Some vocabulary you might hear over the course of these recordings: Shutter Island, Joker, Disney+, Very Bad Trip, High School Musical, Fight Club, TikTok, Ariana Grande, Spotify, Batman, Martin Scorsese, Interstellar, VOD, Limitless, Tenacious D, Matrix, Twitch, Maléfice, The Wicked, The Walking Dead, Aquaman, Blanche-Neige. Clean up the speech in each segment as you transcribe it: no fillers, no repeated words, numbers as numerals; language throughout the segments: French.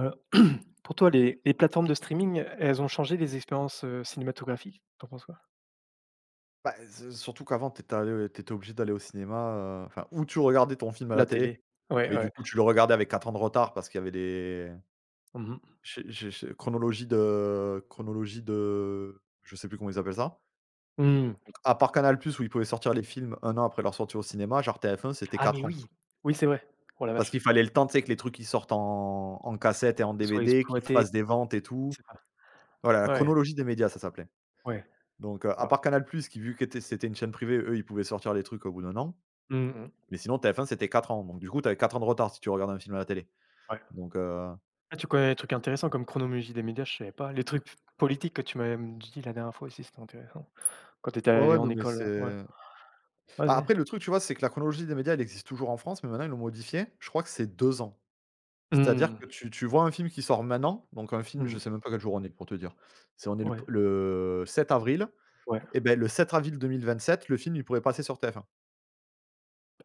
Heu, pour toi, les plateformes de streaming, elles ont changé les expériences, cinématographiques? Tu en penses quoi? Bah, s surtout qu'avant t'étais allé tu obligé d'aller au cinéma, enfin, ou tu regardais ton film à la La télé, télé. Ouais, mais du ouais. coup, tu le regardais avec 4 ans de retard parce qu'il y avait des Mmh mh. Je chronologie de je sais plus comment ils appellent ça. Mmh. Donc à part Canal+ où ils pouvaient sortir les films un an après leur sortie au cinéma, genre TF1 c'était Ah 4 mais ans. oui! Oui, c'est vrai. Oh la Parce vache, qu'il fallait le temps, tu sais, que les trucs qui sortent en cassette et en qu'ils soient DVD, qu'ils exploités, fassent des ventes et tout. c'est ça. Voilà, la Ouais. chronologie des médias ça s'appelait. Ouais, Donc, à waouh. part Canal+ qui vu qu'était c'était une chaîne privée, eux, ils pouvaient sortir les trucs au bout d'un an. Mmh. Mais sinon TF1 c'était 4 ans, donc du coup tu avais 4 ans de retard si tu regardais un film à la télé. Ouais. Donc heu Ah, tu connais des trucs intéressants comme chronologie des médias, je savais pas. Les trucs politiques que tu m'avais dit la dernière fois aussi, c'était intéressant. Quand tu étais Ouais, allé ouais, en non, mais école, ouais. c'est Ouais, a ouais. après le truc, tu vois, c'est que la chronologie des médias, elle existe toujours en France, mais maintenant ils l'ont modifiée. Je crois que c'est 2 ans. C'est-à-dire Mmh. que tu vois un film qui sort maintenant, donc un film, je Mmh. sais même pas quel jour on est pour te dire. C'est On est le p Ouais, le 7 avril ouais. et ben le 7 avril 2027 le film, il pourrait passer sur TF1.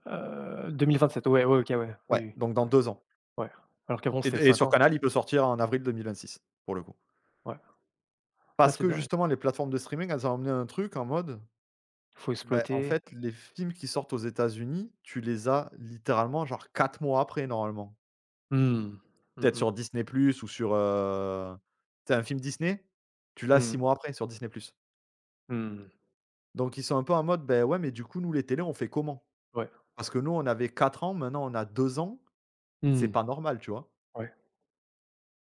2027, ouais, ouais, OK, ouais. Ouais, Oui, oui. donc dans Ouais. 2 ans Ouais, alors qu'avant et d c'était et 5 sur ans. Canal, il peut sortir en avril 2026 pour le coup. Ouais, ouais, Parce c'est que dingue. justement les plateformes de streaming, elles ont amené un truc en mode Faut ben en exploiter. fait, les films qui sortent aux États-Unis, tu les as littéralement genre 4 mois après normalement. Mmh. Mmh Peut-être mh. sur Disney+ Plus ou sur, tu un film Disney, tu l'as 6 Mmh. mois après sur Disney+. Plus Mmh. Donc ils sont un peu en mode: ben ouais, mais du coup nous les télés on fait comment?» Ouais. parce que nous on avait 4 ans, maintenant on a 2 ans, c'est Mmh. pas normal, tu vois? Ouais.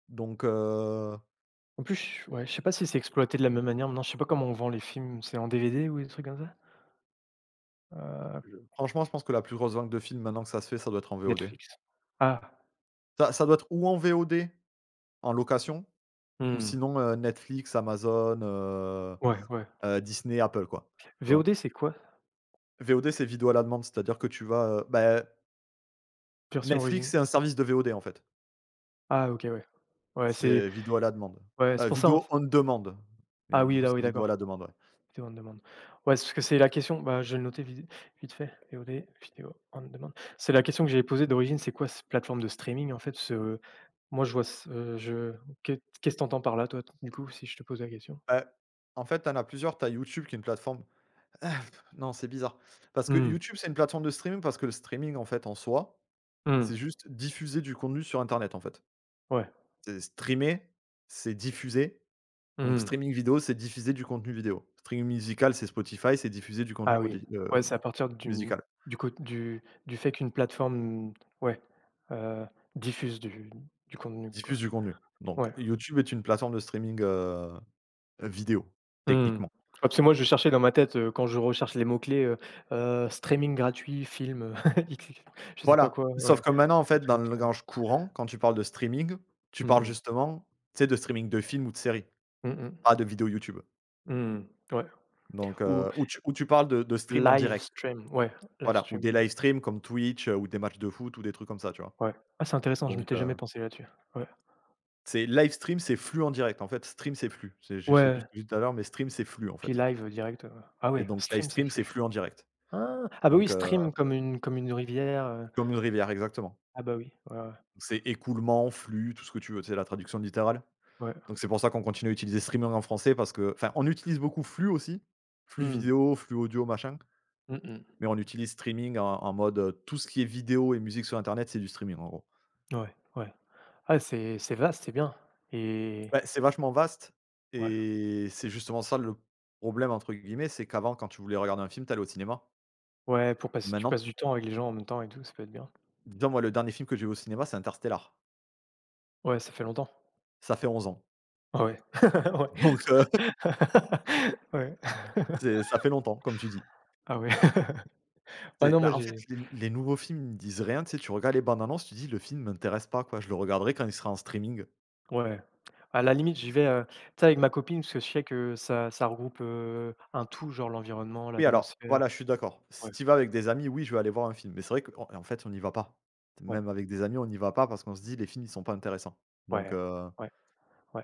Donc En plus, je ouais, je sais pas si c'est exploité de la même manière maintenant, je sais pas comment on vend les films, c'est en DVD ou des trucs comme ça? Heu, je Franchement je pense que la plus grosse vague de films maintenant que ça se fait, ça doit être en VOD. Netflix? Ah! Ça doit être ou en VOD, en location, ou Mmh. sinon, Netflix, Amazon, Ouais, ouais. Disney, Apple, quoi, tu vois? VOD c'est quoi? VOD, c'est vidéo à la demande, c'est-à-dire que tu vas, bah, Version Netflix, originale? c'est un service de VOD, en fait. Ah OK, ouais. Ouais, c'est C'est vidéo à la demande. ouais, c'est pour ça en Vidéo f on demande, mais ah du oui, coup, ah c'est oui vidéo à la d'accord. demande, ouais. Vidéo on demande. Ouais, c'est parce que c'est la question, bah, je vais le noter vid vite fait, VOD, vidéo on demande. C'est la question que j'avais posée d'origine, c'est quoi cette plateforme de streaming, en fait? Ce moi, je vois ce je qu'est-ce que tu par là, toi, du coup, si je te pose la question? Bah, en fait, t'en as plusieurs. T'as YouTube qui est une plateforme. Ah, non, c'est bizarre, parce que Mmh. YouTube, c'est une plateforme de streaming, parce que le streaming, en fait, en soi, Mmh. c'est juste diffuser du contenu sur internet, en fait. Ouais. C'est streamer, c'est diffuser. Donc Mmh. streaming vidéo, c'est diffuser du contenu vidéo. Streaming musical, c'est Spotify, c'est diffuser du contenu Ah oui. modi Ouais, c'est à partir d'une musical. du cô du fait qu'une plateforme, ouais, heu, diffuse du contenu, quoi. Diffuse du contenu. Donc Ouais. YouTube est une plateforme de streaming, vidéo, Mmh. Ah, techniquement. parce que moi je cherchais dans ma tête, quand je recherche les mots-clés, streaming gratuit, film, X je sais pas Voilà, quoi, sauf ouais. que maintenant, en fait, dans Matrix, le langage courant, quand tu parles de streaming, tu mmh parles mh. justement, tu sais, de streaming de films ou de séries, Mmh mh. pas de vidéos YouTube. Mmh. Ouais. Donc, Ou ou tu parles de stream en live direct, stream, ouais, live voilà, ou des streaming, live streams comme Twitch, ou des matchs de foot ou des trucs comme ça, tu vois? ouais. Ah c'est intéressant, je Donc m'étais jamais heu pensé là-dessus. Ouais. C'est live stream, c'est flux en direct. En fait, stream, c'est flux. C'est Je sais plus ce Ouais, que j'ai dit tout à l'heure, mais stream, c'est flux, en puis fait. live, direct, ah Et ouais, donc live stream c'est stream, c'est plus. flux en direct. Ah! Ah bah oui, Donc, stream comme une rivière, comme une rivière, exactement. ah bah oui, ouais, ouais. C'est écoulement, flux, tout ce que tu veux. C'est la traduction littérale. Ouais. Donc c'est pour ça qu'on continue à utiliser streaming en français parce que enfin, on utilise beaucoup flux aussi, flux Mmh. vidéo, flux audio, machin, Mmh mh. mais on utilise streaming en mode, tout ce qui est vidéo et musique sur internet, c'est du streaming, en gros. Ouais, ouais. Ah c'est vaste, c'est bien et Bah, c'est vachement vaste ouais. et c'est justement ça le problème, entre guillemets, c'est qu'avant, quand tu voulais regarder un film, t'allais au cinéma. Ouais, pour passer tu passes Maintenant du temps avec les gens en même temps et tout, ça peut être bien. Déjà, moi, le dernier film que j'ai vu au cinéma, c'est Interstellar. Ouais, ça fait longtemps. Ça fait 11 ans. Ah ouais. Ouais. Donc, Ouais. c'est ça fait longtemps, comme tu dis. Ah ouais. Ah C'est non, moi Bah, en fait, j'ai les nouveaux films, ils disent rien, tu sais, tu regardes les bandes annonces, tu dis: «Le film m'intéresse pas, quoi, je le regarderai quand il sera en streaming». ouais. À la limite, j'y vais, tu sais avec ma copine parce que je sais que ça regroupe, un tout, genre l'environnement, Oui, alors, l'atmosphère. voilà, je suis d'accord. Si Ouais, tu vas avec des amis, oui, je vais aller voir un film. Mais c'est vrai qu'en en fait, on n'y va pas. ouais, Même avec des amis, on n'y va pas parce qu'on se dit: «Les films, ils sont pas intéressants». Donc, ouais, heu ouais, ouais.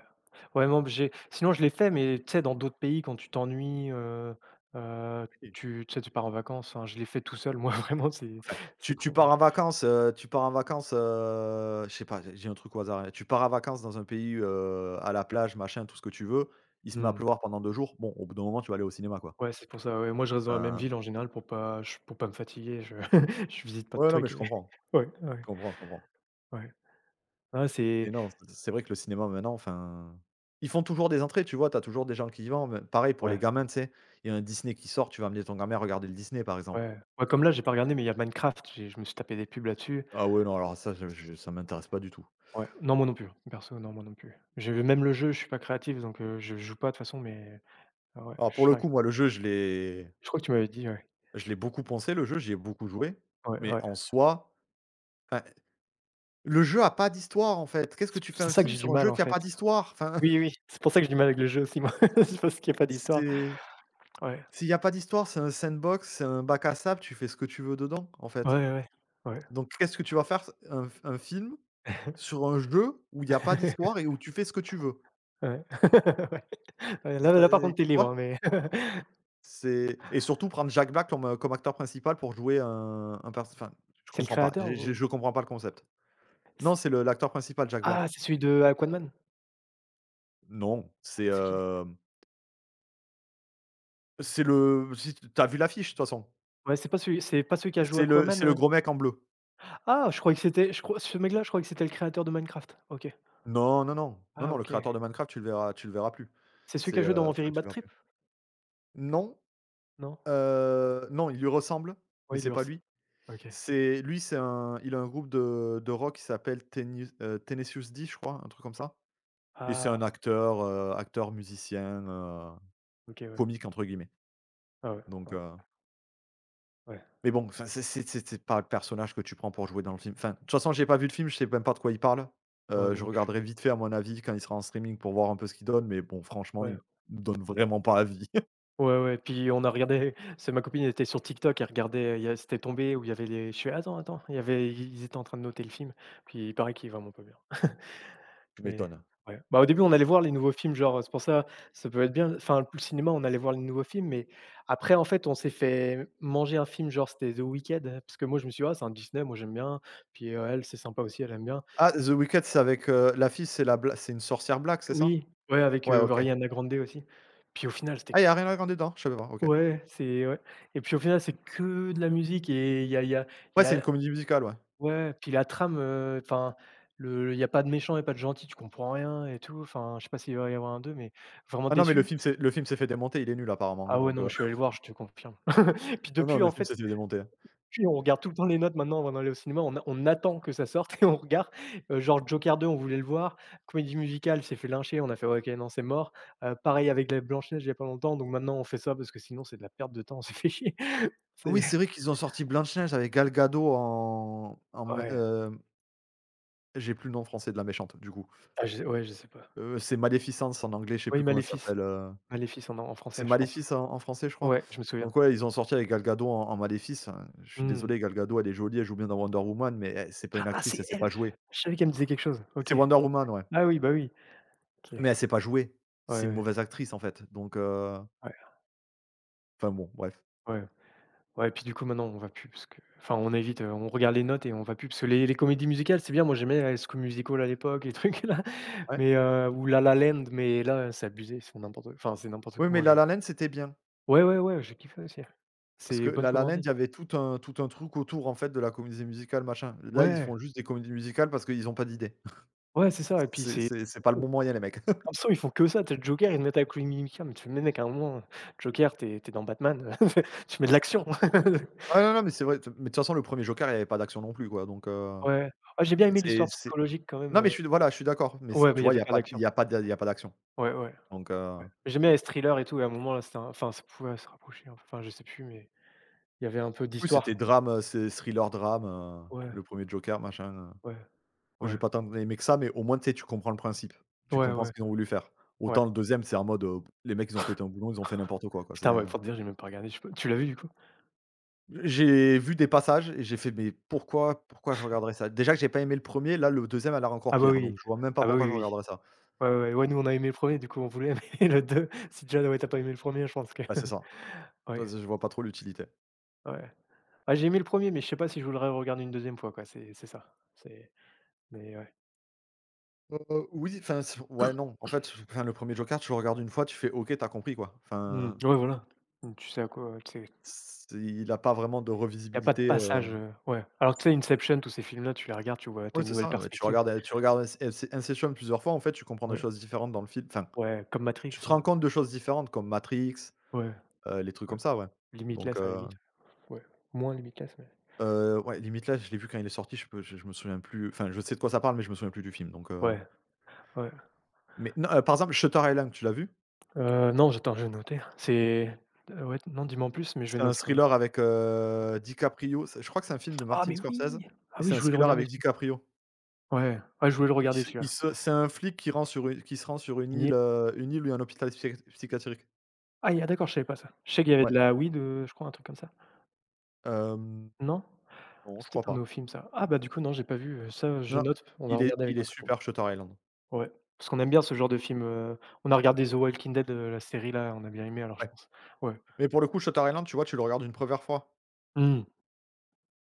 Ouais, non, j'ai sinon je l'ai fait, mais tu sais dans d'autres pays quand tu t'ennuies, heu, tu sais, tu pars en vacances, enfin je l'ai fait tout seul moi, vraiment Enfin, c'est tu con pars mais. en vacances, tu pars en vacances, je sais pas, j'ai un truc au hasard, hein. Tu pars en vacances dans un pays, à la plage, machin, tout ce que tu veux. Il se met à Mmh. pleuvoir pendant 2 jours. Bon, au bout d'un moment, tu vas aller au cinéma, quoi. Ouais, c'est pour ça, ouais. Moi, je reste dans la même Enfin, ville en général pour pas ch pour pas me fatiguer, je je visite pas de ouais, non, mais trucs je et comprends. ouais, Je ouais, comprends, je comprends. ouais. Ah c'est Mais non, c'est vrai que le cinéma maintenant, enfin, ils font toujours des entrées, tu vois? T'as toujours des gens qui y vont. Même pareil pour les ouais, gamins, tu sais? Il y a un Disney qui sort, tu vas amener ton gamin regarder le Disney, par exemple. ouais. Ouais, comme là, j'ai pas regardé, mais il y a Minecraft, j'ai je me suis tapé des pubs là-dessus. Ah ouais, non, alors ça, je ça m'intéresse pas du tout. Ouais. Non, moi non plus, perso, non, moi non plus. J'ai vu même le jeu, je suis pas créatif, donc je joue pas de toute façon, mais ah ouais, Alors je pour suis le arrivé- coup, moi, le jeu, je crois que tu m'avais dit, ouais. Je l'ai beaucoup pensé le jeu, j'y ai beaucoup joué, Ouais, mais ouais. en soi, enfin, le jeu a pas d'histoire, en fait. Qu'est-ce que C'est tu fais c'est un ça que film j'ai du sur un mal, jeu en qui a fait. pas d'histoire? Enfin, Oui, oui, c'est pour ça que j'ai du mal avec le jeu aussi, moi. C'est parce qu'il y a pas d'histoire. c'est Ouais. s'il y a pas d'histoire, c'est un sandbox, c'est un bac à sable, tu fais ce que tu veux dedans, en Ouais, fait. ouais, ouais. Ouais. Donc qu'est-ce que tu vas faire? Un film sur un jeu où il y a pas d'histoire et où tu fais ce que tu veux? Ouais. Ouais. Ouais, là Bah, là par contre t'es tu libre, hein, mais C'est et surtout prendre Jack Black comme, comme acteur principal pour jouer un perso enfin, je c'est le comprends pas. créateur J'ai ou Je comprends pas le concept. Non, c c'est le l'acteur principal, Jack Black. ah, c'est celui de Aquaman? Non, C'est qui? C'est le si tu vu l'affiche de toute façon? Ouais, c'est pas celui qui a joué Aquaman, C'est le heu? gros mec en bleu. Ah, je croyais que c'était je crois ce mec-là, je croyais que c'était le créateur de Minecraft. OK. Non, non, non, non, Ah non, le OK. créateur de Minecraft, tu le verras plus. C'est celui qui a joué dans Enfin Very tu le Bad verras Trip? plus. Non, Non? Non, il lui ressemble, mais Oui, c'est pas l'ours. lui. OK. C'est lui, c'est un il a un groupe de rock qui s'appelle Teni Tenacious D, je crois, un truc comme ça et c'est un Ah, acteur, musicien, OK, ouais. «comique» entre guillemets, Ah ouais, donc ouais, heu ouais. mais bon, enfin, c'est pas le personnage que tu prends pour jouer dans le film. Enfin, de toute façon, j'ai pas vu le film, je sais même pas de quoi il parle. Ouais, moi Je non plus. regarderai vite fait, à mon avis, quand il sera en streaming pour voir un peu ce qu'il donne, mais bon, franchement, il Ouais. me donne vraiment pas envie. Ouais, ouais, puis on a regardé c'est ma copine elle était sur TikTok, elle regardait, il y a c'était tombé où il y avait les je suis «Attends, attends», il y avait ils étaient en train de noter le film, puis il paraît qu'il est vraiment pas bien. Tu Oui, m'étonnes. ouais. Bah, au début, on allait voir les nouveaux films, genre, c'est pour ça, ça peut être bien enfin, le cinéma, on allait voir les nouveaux films, mais après, en fait, on s'est fait manger un film, genre, c'était The Weeknd, parce que moi, je me suis dit: «Ah, c'est un Disney, moi, j'aime bien», puis, elle, c'est sympa aussi, elle aime bien. Ah, The Wicked, c'est avec, la fille, c'est une sorcière black, c'est ça? Oui, ouais, avec, Ouais, OK. Rihanna Grande aussi. Puis au final, Ah, c'était il y a Ariana Grande dedans? Je savais pas, OK. ouais, c'est ouais et puis au final, c'est que de la musique et il y a il Ouais, y c'est une a comédie musicale, ouais. ouais, puis la trame, enfin, le il y a pas de méchant et pas de gentil, tu comprends rien et tout, enfin, je sais pas s'il va y avoir un 2 mais vraiment Ah non, mais déçu. Le film s'est fait démonter, il est nul apparemment, hein, Ah ouais, non, mais je suis allé le voir, je te confirme. Puis non, non, depuis, le en film s'est fait, fait démonter, hein. puis on regarde tout le temps les notes maintenant avant d'aller au cinéma, on attend que ça sorte et on regarde, genre Joker 2 on voulait le voir, comédie musicale s'est fait lyncher, on a fait: «Ouais, OK, non, c'est mort». Pareil avec la Blanche-Neige il y a pas longtemps, donc maintenant on fait ça parce que sinon c'est de la perte de temps, on s'est fait chier. Ah oui, C'est c'est vrai qu'ils ont sorti Blanche Neige avec Gal Gadot en en mé ouais, hem, j'ai plus le nom français de la méchante, du coup. ah je ouais, je sais pas. C'est Maleficence en anglais, je sais Oui, plus comment ça Maléfice, s'appelle, Maléfice en c'est français, je pense. Maléfice en français, je crois. Ouais, je me souviens. Donc ouais, ils ont sorti avec Gal Gadot en Maléfice, hein. Je suis Mmh. désolé, Gal Gadot, elle est jolie, elle joue bien dans Wonder Woman, mais elle c'est pas une Ah, actrice, elle c'est sait pas elle! jouer. Je savais qu'elle me disait quelque chose. OK. C'est Wonder Woman, ouais, Ah oui, bah oui. OK. mais Ouais, elle sait pas jouer. C'est ouais, une ouais. mauvaise actrice, en fait, donc, enfin bon, bref. Ouais, ouais. Ouais, et puis du coup, maintenant, on va plus parce que enfin, on évite, on regarde les notes et on va plus parce que les comédies musicales, c'est bien. Moi, j'aimais High School Musical à l'époque, les trucs là, Ouais? mais ou La La Land, mais là, c'est abusé, c'est n'importe enfin, c'est n'importe quoi. Oui, mais Moi, La je La Land, c'était bien, ouais, ouais, ouais, j'ai kiffé aussi. parce que C'est bonne La La Land, il commandée. y avait tout un truc autour, en fait, de la comédie musicale, machin. Là, ils Ouais, font juste des comédies musicales parce qu'ils ont pas d'idées. ouais, c'est ça et puis C'est c'est c'est c'est pas le bon moyen, les mecs. comme ça ils font que ça. Tu le Joker, ils le mettent avec Louis Mimica, mais tu fais: «Mais mec, à un moment, Joker, t'es dans Batman, tu mets de l'action». Ah non, non, mais c'est vrai, t mais de toute façon, le premier Joker, il y avait pas d'action non plus, quoi, donc Ouais. Ah, j'ai bien aimé l'histoire c'est psychologique quand même, non, mais je suis voilà, je suis d'accord, mais c ouais, mais tu il y vois, il avait y a pas pas il d'action. y a pas de il y a pas d'action, Ouais, ouais. donc Ouais. J'aimais les thrillers et tout et à un moment là, c'était un enfin ça pouvait se rapprocher, hein. enfin je sais plus mais il y avait un peu oui, d'histoire. c'était drame, c'est thriller drame, Ouais, le premier Joker, machin, ouais, moi, j'ai ouais, pas tant aimé que ça, mais au moins, tu sais, tu comprends le principe. Tu ouais, comprends ouais, ce qu'ils ont voulu faire. ouais. Autant le deuxième c'est en mode, les mecs, ils ont pété un boulon, ils ont fait n'importe quoi, quoi, c'est Putain, ouais, pour te dire, j'ai même pas regardé, je sais pas tu l'as vu du coup? j'ai vu des passages et j'ai fait: «Mais pourquoi je regarderais ça ?» déjà que j'ai pas aimé le premier là, le deuxième a l'air encore Ah bah pire, donc oui, je vois même pas ah bah pourquoi oui, je oui. oui. regarderais ça. Ouais, ouais, ouais, ouais, nous on a aimé le premier du coup on voulait, mais le 2 si déjà ouais, t'as pas aimé le premier je pense que Bah, c'est ça, ouais, je vois pas trop l'utilité. ouais. Ah j'ai aimé le premier mais je sais pas si je voudrais regarder une deuxième fois quoi, c'est ça. C'est mais ouais. Oui, enfin c ouais, non. En fait, enfin, le premier er Joker, tu le regardes une fois, tu fais: «OK, t'as compris, quoi». Mmh, Enfin, ouais, voilà. Mmh, tu sais à quoi, ouais, tu sais c'est il a pas vraiment de il y a pas de revisibilité, passage, ouais. Alors que tu sais Inception, tous ces films là, tu les regardes, tu vois t'as ouais, une c'est nouvelle ça, ouais, tu perspective. regardes, tu regardes Inception plusieurs fois, en fait, tu comprends des Ouais. choses différentes dans le film. Enfin, Ouais, comme Matrix, tu te rends hein. compte de choses différentes comme Matrix, Ouais, les trucs ouais. comme ça, ouais. Donc Limitless à la limite. Ouais, moins Limitless, mais ouais, limite, là, je l'ai vu quand il est sorti, je me souviens plus enfin, je sais de quoi ça parle, mais je me souviens plus du film, donc ouais, ouais. mais non, par exemple, Shutter Island, tu l'as vu? Non, j'attends, je vais noter. C'est ouais, non, dis-moi en plus, mais je vais C'est un noter quand même. thriller avec, DiCaprio, c'est je crois que c'est un film de Ah, Martin mais Scorsese oui! et Ah oui, c'est un je voulais le thriller regarder avec celui DiCaprio. ouais, ah, je voulais le regarder Il celui-là. se C'est un flic qui se rend sur Il est une île où il y a un hôpital psychiatrique. ah, il y a d'accord, je savais pas ça. Je sais qu'il y avait Ouais, de la weed, je crois, un truc comme ça. hem, Non? non, je C'est crois peut-être un de nos pas. films ça. Ah bah, du coup, non, j'ai pas vu, ça, je Non, note, on va il est regarder il avec est ma copine. super Shutter Island. Ouais, parce qu'on aime bien ce genre de film, on a regardé The Walking Dead, la série là, on a bien aimé alors je Ouais, pense. Ouais. mais pour le coup, Shutter Island, tu vois, tu le regardes une première fois. Mmh.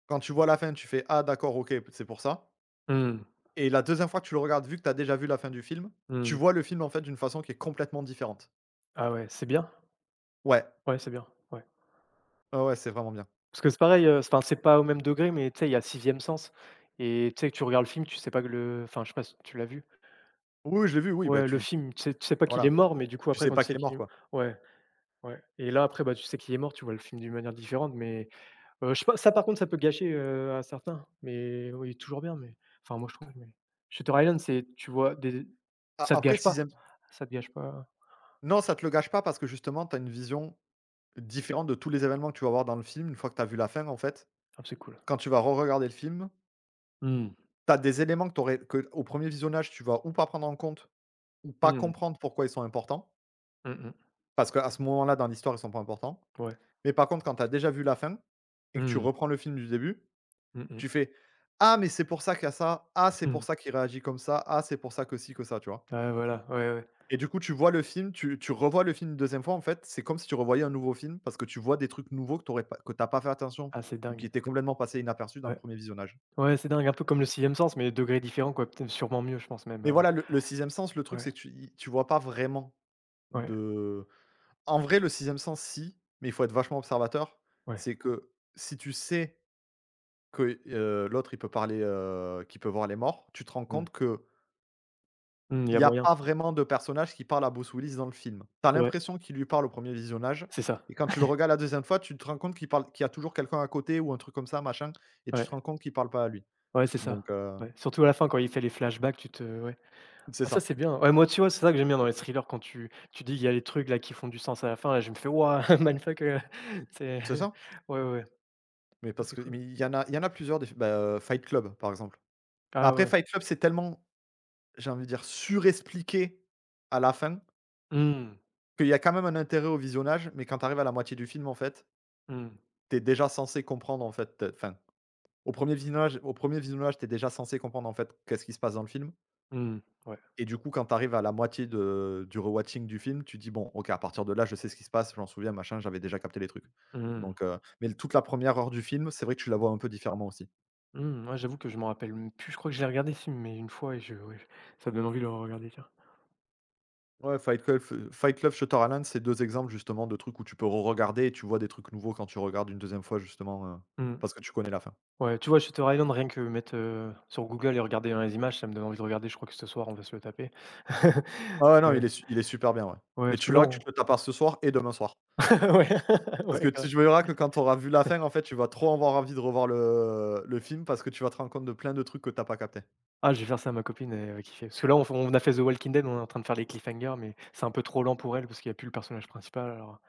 Quand tu vois la fin, tu fais: «Ah d'accord, OK, c'est pour ça» Mmh. et la deuxième fois que tu le regardes, vu que tu as déjà vu la fin du film, tu Mmh. vois le film, en fait, d'une façon qui est complètement différente. Ah ouais, c'est bien. Ouais, Ouais, c'est bien, ouais. ouais, ouais, c'est vraiment bien. Parce que c'est pareil, c'est enfin, c'est pas au même degré, mais tu sais, il y a sixième sens et tu sais, tu regardes le film, tu sais pas que le enfin, je sais pas si tu l'as vu? Oui, oui, je l'ai vu, oui, bah, Ouais, le tu film, tu sais pas qu'il est voilà. mort, mais du coup, Tu après, sais quand pas tu qu'il sais est qu'il mort, est quoi. ouais, ouais et là, après, bah, tu sais qu'il est mort, tu vois le film d'une manière différente, mais je sais pas, ça, par contre, ça peut gâcher, à certains, mais oui, toujours bien, mais enfin, moi, je trouve, mais Shutter Island, c'est tu vois des A ça te après gâche s'ils pas, ça te gâche pas. non, ça te le gâche pas parce que justement tu as une vision différente de tous les événements que tu vas voir dans le film, une fois que tu as vu la fin, en fait. Ah, c'est cool. Quand tu vas re-regarder le film, Mmh. tu as des éléments que t'aurais que au premier visionnage, tu vas ou pas prendre en compte ou pas Mmh. comprendre pourquoi ils sont importants, Mmh mh. parce qu'à ce moment-là, dans l'histoire, ils sont pas importants. Ouais. Mais par contre, quand tu as déjà vu la fin et que tu Mmh. reprends le film du début, Mmh mh. tu fais: «Ah mais c'est pour ça qu'il y a ça. Ah c'est pour Mmh. ça qu'il réagit comme ça. Ah c'est pour ça que ci, que ça», tu vois? Ouais, voilà, ouais, ouais. Et du coup, tu vois le film, tu revois le film une deuxième fois, en fait, c'est comme si tu revoyais un nouveau film parce que tu vois des trucs nouveaux que tu pas fait attention Ah, c'est ou qui dingue. étaient complètement passés inaperçus dans le Ouais. premier visionnage. Ouais, c'est dingue, un peu comme le sixième sens, mais degré différent, quoi. Peut-être sûrement mieux, je pense même, Mais voilà, le 6e sens, le truc, ouais, c'est que tu vois pas vraiment ouais, de en vrai, le sixième sens, si, mais il faut être vachement observateur. ouais. C'est que si tu sais que, l'autre, il peut parler, qu'il peut voir les morts, tu te rends compte Mmh. que Mmh, il y il a n'y a moyen. pas vraiment de personnage qui parle à Bruce Willis dans le film. Tu as Ouais, l'impression qu'il lui parle au premier visionnage c'est ça. et quand tu le regardes la deuxième fois, tu te rends compte qu'il y a toujours quelqu'un à côté ou un truc comme ça, machin et tu Ouais, te rends compte qu'il parle pas à lui. ouais, c'est ça. Donc Ouais, surtout à la fin quand il fait les flashbacks, tu te ouais. c'est Ah ça, ça, c'est bien. Ouais, moi, tu vois, c'est ça que j'aime bien dans les thrillers quand tu dis: «Il y a les trucs là qui font du sens à la fin», là, je me fais: «Waouh, mindfuck», c'est c'est ça. ouais, ouais, ouais. Mais Ah, parce c'est que cool. mais il y en a plusieurs des bah, Fight Club, par exemple. Ah Après ouais. Fight Club, c'est tellement, j'ai envie de dire, surexpliqué à la fin Mmh. qu'il y a quand même un intérêt au visionnage, mais quand tu arrives à la moitié du film, en fait, Mmh. t'es déjà censé comprendre, en fait, fin. Au premier visionnage, tu déjà censé comprendre, en fait, qu'est-ce qui se passe dans le film Mmh. Ouais. et du coup, quand t'arrives à la moitié de du rewatching du film, tu dis: «Bon, OK, à partir de là, je sais ce qui se passe, je m'en souviens, machin, j'avais déjà capté les trucs». Mmh. Donc mais toute la première heure du film, c'est vrai que tu la vois un peu différemment aussi. Mmh, ouais, j'avoue que je m'en rappelle même plus. Je crois que je l'ai regardé ce film, mais une fois et je ouais, ça me donne envie de le regarder tiens. Ouais, Fight Club, F Fight Club, Shutter Island, c'est 2 exemples, justement, de trucs où tu peux re-regarder et tu vois des trucs nouveaux quand tu regardes une deuxième fois, justement, Mmh. parce que tu connais la fin. Ouais, tu vois, Shutter Island, rien que mettre, sur Google et regarder dans les images, ça me donne envie de regarder. Je crois que ce soir, on va se le taper. Ah ouais, non, Heu, il est super bien, ouais ouais, et parce tu que là, verras que tu on te le tapes ce soir et demain soir. ouais, Parce que ouais, tu grave. verras que quand tu auras vu la fin, en fait, tu vas trop avoir envie de revoir le film parce que tu vas te rendre compte de plein de trucs que t'as pas capté. Ah, je vais faire ça à ma copine, elle va kiffer. Parce que là, on a fait The Walking Dead, on est en train de faire les cliffhangers, mais c'est un peu trop lent pour elle parce qu'il n'y a plus le personnage principal, alors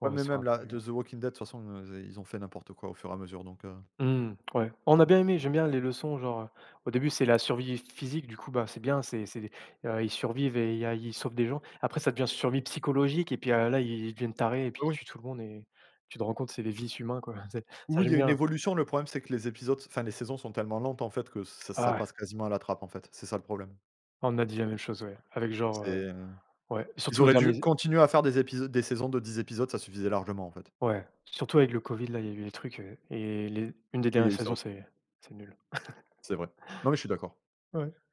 on Ouais, va mais se faire un même truc, là, de The Walking Dead, de toute façon, ils ont fait n'importe quoi au fur et à mesure, donc Mmh, ouais. Oh, On a bien aimé, j'aime bien les leçons, genre, au début, c'est la survie physique, du coup, bah, c'est bien, ils survivent et il y a ils sauvent des gens. Après, ça devient survie psychologique et puis, là, ils deviennent tarés et puis ils oui, oui. tuent tout le monde et tu te rends compte, c'est des vices humains, quoi. C'est ça, Oui, il y j'aime a une bien. évolution. Le problème, c'est que les épisodes enfin, les saisons sont tellement lentes, en fait, que ça Ah ouais, passe quasiment à la trappe, en fait. C'est ça le problème. on a dit la même chose, ouais, avec genre, C'est, ouais, ils surtout au auraient dû dernier, continuer à faire des épisodes, des saisons de 10 épisodes, ça suffisait largement, en fait. ouais, surtout avec le covid, là, il y a eu les trucs, et les une des Oui, il y dernières a eu ça saisons, aussi, c'est nul. c'est vrai. Non, mais je suis d'accord. Ouais.